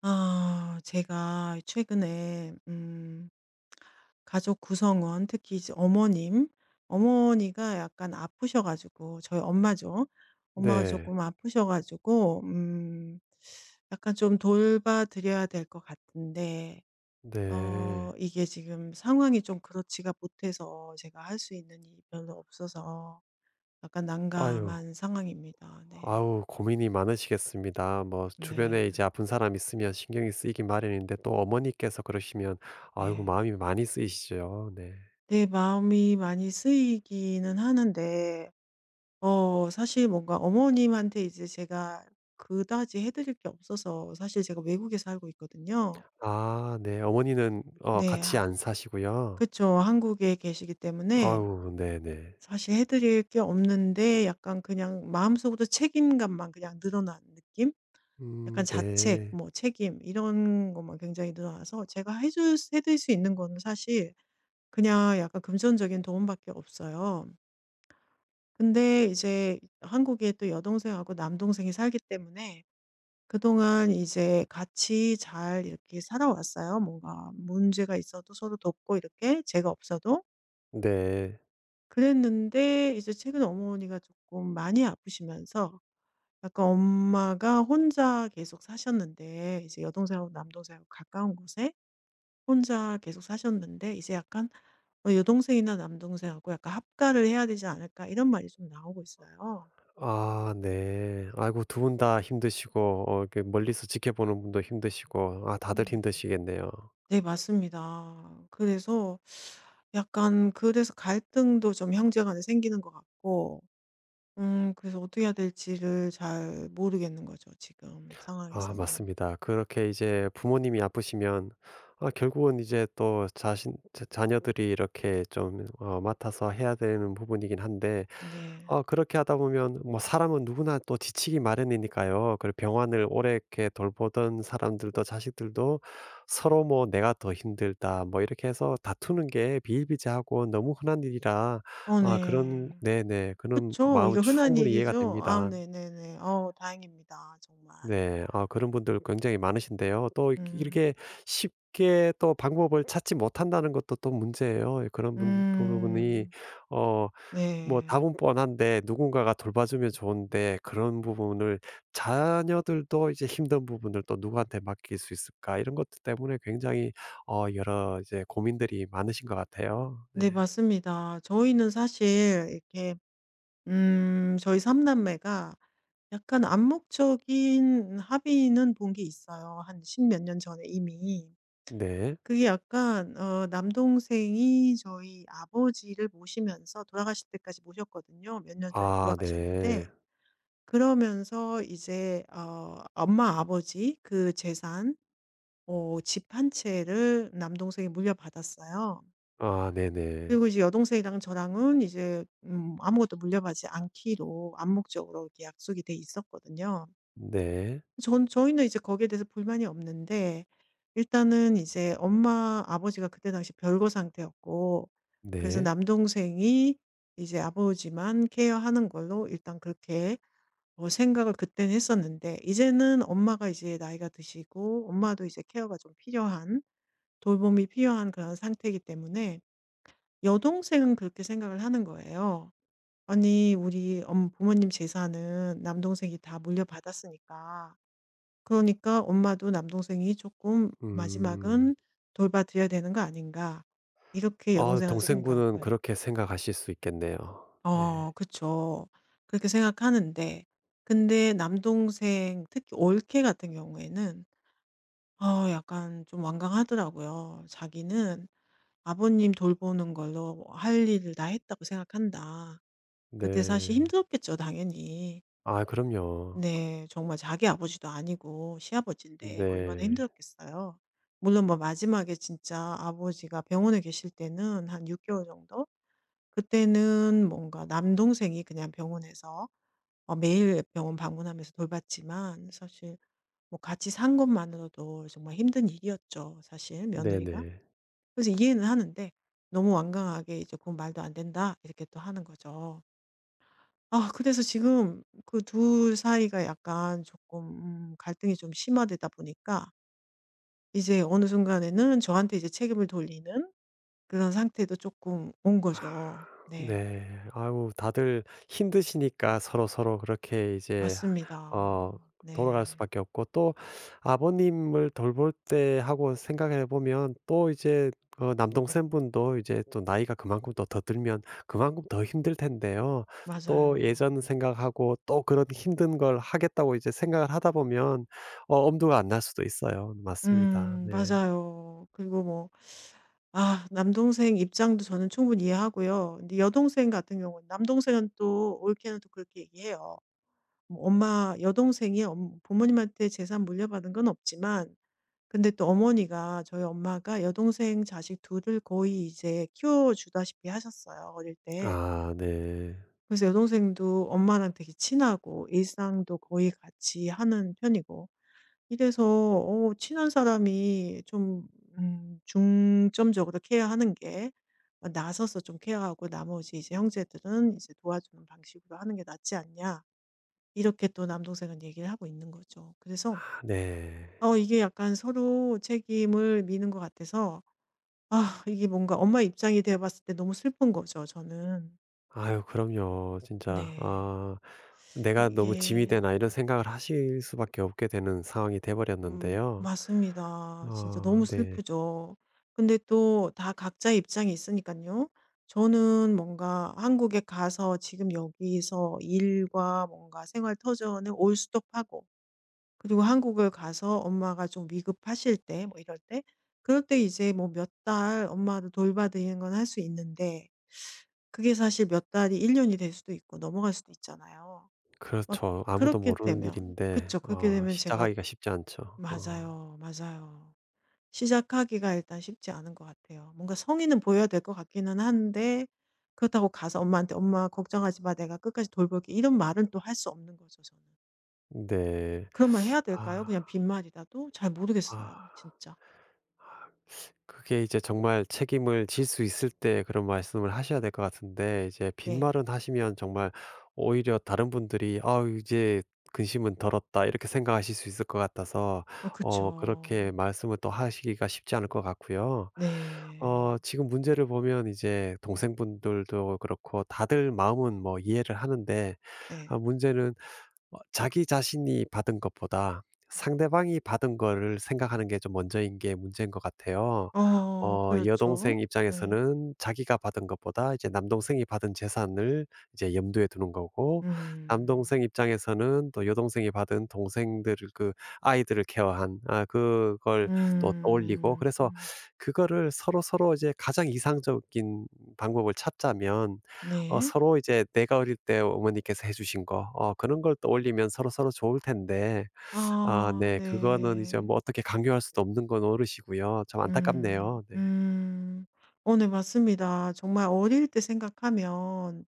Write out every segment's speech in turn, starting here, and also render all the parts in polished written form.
아 제가 최근에 가족 구성원, 특히 이제 어머니가 약간 아프셔 가지고. 저희 엄마죠. 엄마가 네. 조금 아프셔 가지고 약간 좀 돌봐 드려야 될 것 같은데 네. 이게 지금 상황이 좀 그렇지가 못해서 제가 할 수 있는 일이 별로 없어서 약간 아유. 난감한 상황입니다. 네. 아우 고민이 많으시겠습니다. 뭐 네. 주변에 이제 아픈 사람 있으면 신경이 쓰이기 마련인데 또 어머니께서 그러시면 네. 아이고 마음이 많이 쓰이시죠. 네. 네, 마음이 많이 쓰이기는 하는데 사실 뭔가 어머님한테 이제 제가 그다지 해 드릴 게 없어서. 사실 제가 외국에 살고 있거든요. 아 네. 어머니는 네. 같이 아, 안 사시고요. 그쵸. 한국에 계시기 때문에 아우 네네. 사실 해 드릴 게 없는데 약간 그냥 마음속으로 책임감만 그냥 늘어난 느낌? 약간 자책, 네. 뭐 책임, 이런 것만 굉장히 늘어나서 제가 해줄 해 드릴 수 있는 거는 사실 그냥 약간 금전적인 도움밖에 없어요. 근데 이제 한국에 또 여동생하고 남동생이 살기 때문에 그동안 이제 같이 잘 이렇게 살아왔어요. 뭔가 문제가 있어도 서로 돕고, 이렇게 제가 없어도 네. 그랬는데, 이제 최근에 어머니가 조금 많이 아프시면서 약간 엄마가 혼자 계속 사셨는데, 이제 여동생하고 남동생하고 가까운 곳에 혼자 계속 사셨는데, 이제 약간 여동생이나 남동생하고 약간 합가를 해야 되지 않을까, 이런 말이 좀 나오고 있어요. 아 네. 아이고 두 분 다 힘드시고 이렇게 멀리서 지켜보는 분도 힘드시고 아 다들 힘드시겠네요. 네, 맞습니다. 그래서 갈등도 좀 형제 간에 생기는 것 같고, 그래서 어떻게 해야 될지를 잘 모르겠는 거죠, 지금 아 상황에서는. 맞습니다. 그렇게 이제 부모님이 아프시면 아 결국은 이제 또 자신 자 자녀들이 이렇게 좀 맡아서 해야 되는 부분이긴 한데 네. 그렇게 하다 보면 뭐 사람은 누구나 또 지치기 마련이니까요. 그리고 병환을 오래 이렇게 돌보던 사람들도 자식들도 서로 뭐 "내가 더 힘들다." 뭐 이렇게 해서 다투는 게 비일비재하고 너무 흔한 일이라 어 아 그런 네. 네네. 그런 그쵸, 마음은 이거 흔한 충분히 이해가 일이죠. 아, 됩니다. 네네네. 다행입니다 정말. 네. 아 그런 분들 굉장히 많으신데요. 또 이렇게 음. 이렇게 쉽게 또 방법을 찾지 못한다는 것도 또 문제예요. 예, 그런 분 부분이 음. 어 뭐 네. 답은 뻔한데 누군가가 돌봐주면 좋은데 그런 부분을 자녀들도 이제 힘든 부분을 또 누구한테 맡길 수 있을까? 이런 것들 때문에 굉장히 여러 이제 고민들이 많으신 것 같아요. 네. 네, 맞습니다. 저희는 사실 이렇게 저희 삼 남매가 약간 암묵적인 합의는 본 게 있어요. 한 십 몇 년 전에 이미. 네. 그게 약간 남동생이 저희 아버지를 모시면서 돌아가실 때까지 모셨거든요. 몇 년 전에 아 돌아가셨는데 네. 그러면서 이제 엄마 아버지 그 재산, 집 한 채를 남동생이 물려받았어요. 아 네네. 그리고 이제 여동생이랑 저랑은 이제 아무것도 물려받지 않기로 암묵적으로 이렇게 약속이 돼 있었거든요. 네. 전 저희는 이제 거기에 대해서 불만이 없는데 일단은 이제 엄마 아버지가 그때 당시 별거 상태였고. 그래서 네. 남동생이 이제 아버지만 케어하는 걸로 일단 그렇게 생각을 그때는 했었는데. 이제는 엄마가 이제 나이가 드시고 엄마도 이제 케어가 좀 필요한, 돌봄이 필요한 그런 상태이기 때문에 여동생은 그렇게 생각을 하는 거예요. 아니, 우리 엄 부모님 재산은 남동생이 다 물려받았으니까, 그러니까 엄마도 남동생이 조금 음. '마지막은 돌봐 드려야 되는 거 아닌가.' 이렇게 아 여동생은 동생분은 생각을. 그렇게 생각하실 수 있겠네요. 네. 그쵸. 그렇게 생각하는데, 근데 남동생, 특히 올케 같은 경우에는 약간 좀 완강하더라고요. 자기는 아버님 돌보는 걸로 '할 일을 다 했다고 생각한다.' 그때 사실 네. 힘들었겠죠, 당연히. 아 그럼요. 네. 정말 자기 아버지도 아니고 시아버지인데 얼마나 네. 힘들었겠어요. 물론 뭐, 마지막에 진짜 아버지가 병원에 계실 때는 한 6개월 개월 정도? 그때는 뭔가 남동생이 그냥 병원에서 매일 병원 방문하면서 돌봤지만 사실 뭐 같이 산 것만으로도 정말 힘든 일이었죠, 사실 며느리가. 네네. 그래서 이해는 하는데 너무 완강하게 이제 "그건 말도 안 된다." 이렇게 또 하는 거죠. 아, 그래서 지금 그 둘 사이가 약간 조금 갈등이 좀 심화되다 보니까 이제 어느 순간에는 저한테 이제 책임을 돌리는 그런 상태도 조금 온 거죠. 네. 네. 아유 다들 힘드시니까 서로서로 그렇게 이제 맞습니다. 어 돌아갈 네. 수밖에 없고 또 아버님을 돌볼 때 하고 생각해 보면 또 이제 남동생분도 이제 또 나이가 그만큼 또 더 들면 그만큼 더 힘들 텐데요. 또 맞아요. 예전 생각하고 또 그런 힘든 걸 하겠다고 이제 생각을 하다 보면 엄두가 안 날 수도 있어요. 맞습니다. 네. 맞아요. 그리고 뭐, 아, 남동생 입장도 저는 충분히 이해하고요. 근데 여동생 같은 경우는, 남동생은 또 올케는 또 그렇게 얘기해요. 뭐 "엄마 여동생이 엄 부모님한테 재산 물려받은 건 없지만. 근데 또 어머니가, 저희 엄마가 여동생 자식 둘을 거의 이제 키워주다시피 하셨어요, 어릴 때. 아 네. 그래서 여동생도 엄마랑 되게 친하고 일상도 거의 같이 하는 편이고, 이래서 친한 사람이 좀 중점적으로 케어하는 게 나서서 좀 케어하고 나머지 이제 형제들은 이제 도와주는 방식으로 하는 게 낫지 않냐." 이렇게 또 남동생은 얘기를 하고 있는 거죠. 그래서 네. 이게 약간 서로 책임을 미는 것 같아서 아, 이게 뭔가 엄마 입장이 되어 봤을 때 너무 슬픈 거죠 저는. 아유 그럼요. 진짜 네. 아 '내가 너무 짐이 이게 되나.' 이런 생각을 하실 수밖에 없게 되는 상황이 돼 버렸는데요. 맞습니다. 진짜 어 너무 네. 슬프죠. 근데 또 다 각자의 입장이 있으니까요, 저는 뭔가 한국에 가서 지금 여기서 일과 뭔가 생활 터전에 올스톱하고. 그리고 한국을 가서 엄마가 좀 위급하실 때, 뭐 이럴 때, 그럴 때, 이제 뭐 몇 달 엄마를 돌봐 드리는 건 할 수 있는데 그게 사실 몇 달이 1년 년이 될 수도 있고 넘어갈 수도 있잖아요. 막 그렇죠. 아무도 그렇게 모르는 되면, 일인데 그쵸. 그렇게 되면 제가. 시작하기가 쉽지 않죠. 어 맞아요, 맞아요. 시작하기가 일단 쉽지 않은 것 같아요. 뭔가 성의는 보여야 될 것 같기는 한데 그렇다고 가서 엄마한테 "엄마 걱정하지 마. 내가 끝까지 돌볼게." 이런 말은 또 할 수 없는 거죠 저는. 네. 그런 말 해야 될까요? 아 그냥 빈말이라도? 잘 아. 모르겠어요 진짜. 그게 이제 정말 책임을 질 수 있을 때 그런 말씀을 하셔야 될 것 같은데 이제 네. 빈말은 하시면 정말 오히려 다른 분들이 '아 이제 근심은 덜었다.' 이렇게 생각하실 수 있을 것 같아서 어 그렇게 그쵸. 말씀을 또 하시기가 쉽지 않을 것 같고요. 네. 지금 문제를 보면 이제 동생분들도 그렇고 다들 마음은 뭐 이해를 하는데 아 네. 문제는 자기 자신이 받은 것보다 상대방이 받은 거를 생각하는 게 좀 먼저인 게 문제인 것 같아요. 어 여동생 그렇죠. 네. 입장에서는 자기가 받은 것보다 이제 남동생이 받은 재산을 이제 염두에 두는 거고 음. 남동생 입장에서는 또 여동생이 받은 동생들을 아이들을 케어한 아 그걸 또 떠올리고 음. 그래서 음. 그거를 서로서로 이제 가장 이상적인 방법을 찾자면 네. 서로 이제 내가 어릴 때 어머니께서 해 주신 거 그런 걸 떠올리면 서로서로 좋을 텐데 아 아 네 그거는 이제 네. 뭐 어떻게 강요할 수도 없는 건 어르시고요. 참 음. 안타깝네요. 네. 음. 어 네, 맞습니다. 정말 어릴 때 생각하면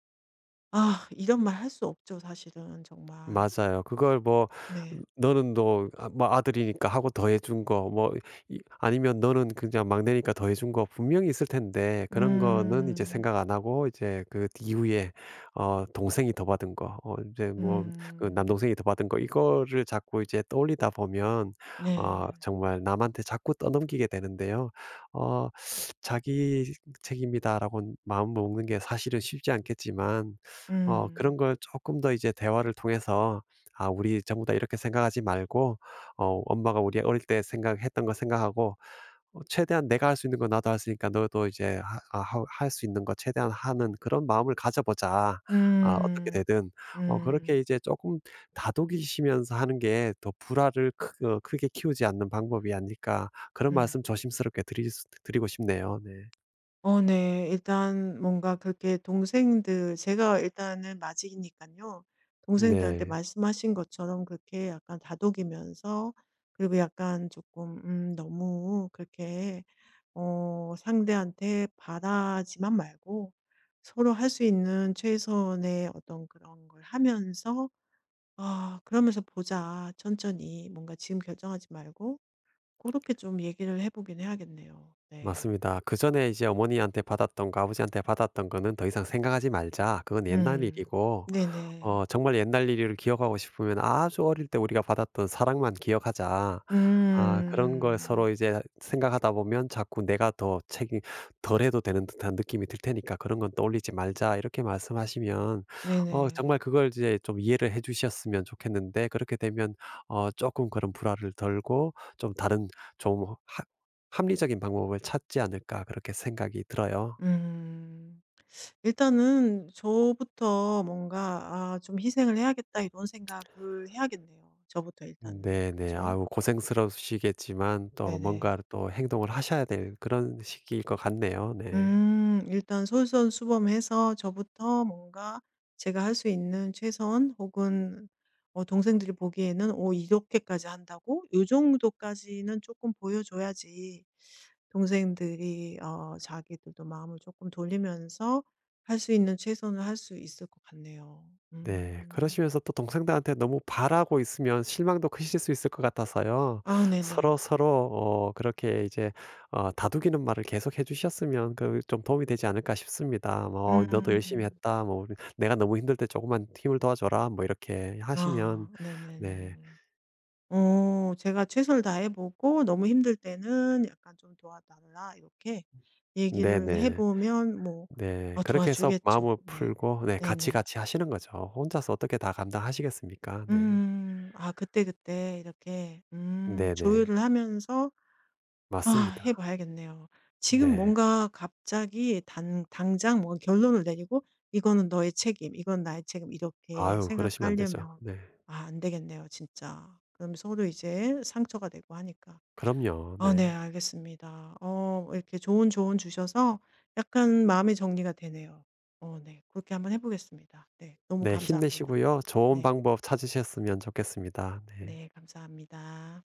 아, 이런 말 할 수 없죠, 사실은 정말. 맞아요. 그걸 뭐 네. "너는 너 아 뭐 아들이니까 하고 더해 준 거." 뭐 이 아니면 "너는 그냥 막내니까 더해 준 거." 분명히 있을 텐데 그런 거는 이제 음. 생각 안 하고 이제 그 이후에 어 동생이 더 받은 거어제뭐 그 음. 남동생이 더 받은 거 이거를 자꾸 이제 떠올리다 보면 네. 정말 남한테 자꾸 떠넘기게 되는데요. 어 '자기 책임이다.'라고 마음먹는 게 사실은 쉽지 않겠지만 그런 음. 걸 조금 더 이제 대화를 통해서 "아 우리 전부 다 이렇게 생각하지 말고 엄마가 우리 어릴 때 생각했던 거 생각하고 최대한 내가 할 수 있는 거 나도 할 수 있으니까 너도 이제 하 아 할수 있는 거 최대한 하는 그런 마음을 가져 보자." 아 어떻게 음. 되든. 그렇게 음. 이제 조금 다독이시면서 하는 게 더 불화를 크 어 크게 키우지 않는 방법이 아닐까 그런 음. 말씀 조심스럽게 드리고 싶네요. 네. 어 네. 일단 뭔가 그렇게, 동생들, 제가 일단은 맞이니까요 동생들한테 네. 말씀하신 것처럼 그렇게 약간 다독이면서, 그리고 약간 조금 너무 그렇게 상대한테 바라지만 말고 서로 할 수 있는 최선의 어떤 그런 걸 하면서 "아, 그러면서 보자. 천천히. 뭔가 지금 결정하지 말고." 그렇게 좀 얘기를 해 보긴 해야겠네요. 네. 맞습니다. 그전에 이제 어머니한테 받았던 거 아버지한테 받았던 거는 더 이상 생각하지 말자. 그건 옛날 음. 일이고 네네. 정말 옛날 일을 기억하고 싶으면 아주 어릴 때 우리가 받았던 사랑만 기억하자. 아 그런 걸 서로 음. 이제 생각하다 보면 자꾸 내가 더 책임 덜 해도 되는 듯한 느낌이 들 테니까 그런 건 떠올리지 말자. 이렇게 말씀하시면 네네. 정말 그걸 이제 좀 이해를 해 주셨으면 좋겠는데 그렇게 되면 조금 그런 불화를 덜고 좀 다른 좀하 합리적인 방법을 찾지 않을까 그렇게 생각이 들어요. 음. 일단은 저부터 뭔가 '아, 좀 희생을 해야겠다.' 이런 생각을 해야겠네요. 저부터 일단은. 네네. 그쵸? 아우 고생스러우시겠지만 또 뭔가 네네. 또 행동을 하셔야 될 그런 시기일 것 같네요. 네. 음. 일단 솔선수범해서 저부터 뭔가 제가 할 수 있는 최선 혹은 동생들이 보기에는 '오, 이렇게까지 한다고? 요 정도까지는 조금 보여 줘야지 동생들이 자기들도 마음을 조금 돌리면서 할 수 있는 최선을 할 수 있을 것 같네요.' 네. 음. 그러시면서 또 동생들한테 너무 바라고 있으면 실망도 크실 수 있을 것 같아서요. 아 네네. 서로서로 그렇게 이제 다독이는 말을 계속 해 주셨으면 그 좀 도움이 되지 않을까 싶습니다. 뭐 "어, "너도 열심히 음. 했다." 뭐 우리 "내가 너무 힘들 때 조금만 힘을 도와줘라." 뭐 이렇게 하시면 아 네. 네네네. 제가 최선을 다해 보고 너무 힘들 때는 약간 "좀 도와달라." 이렇게 얘기를 해 네네. 보면 뭐. 네. 아, 그렇게 해서 도와주겠죠. 마음을 네. 풀고 네 같이, 네네. 같이 하시는 거죠. 혼자서 어떻게 다 감당하시겠습니까? 네. 음. 아, 그때그때 이렇게 네네. 조율을 하면서 아, 맞습니다. 해 봐야겠네요. 지금 네. 뭔가 갑자기 단 당장 뭔가 결론을 내리고 '이거는 너의 책임. 이건 나의 책임.' 이렇게 아유 그러시면 안 되죠. 생각하려면 네. 아, 안 되겠네요 진짜. 그럼 서로 이제 상처가 되고 하니까. 그럼요. 아 네, 네. 알겠습니다. 이렇게 좋은 조언 주셔서 약간 마음의 정리가 되네요. 어 네. 그렇게 한번 해 보겠습니다. 네. 너무 네 감사합니다. 힘내시고요. 좋은 네. 방법 찾으셨으면 좋겠습니다. 네. 네 감사합니다.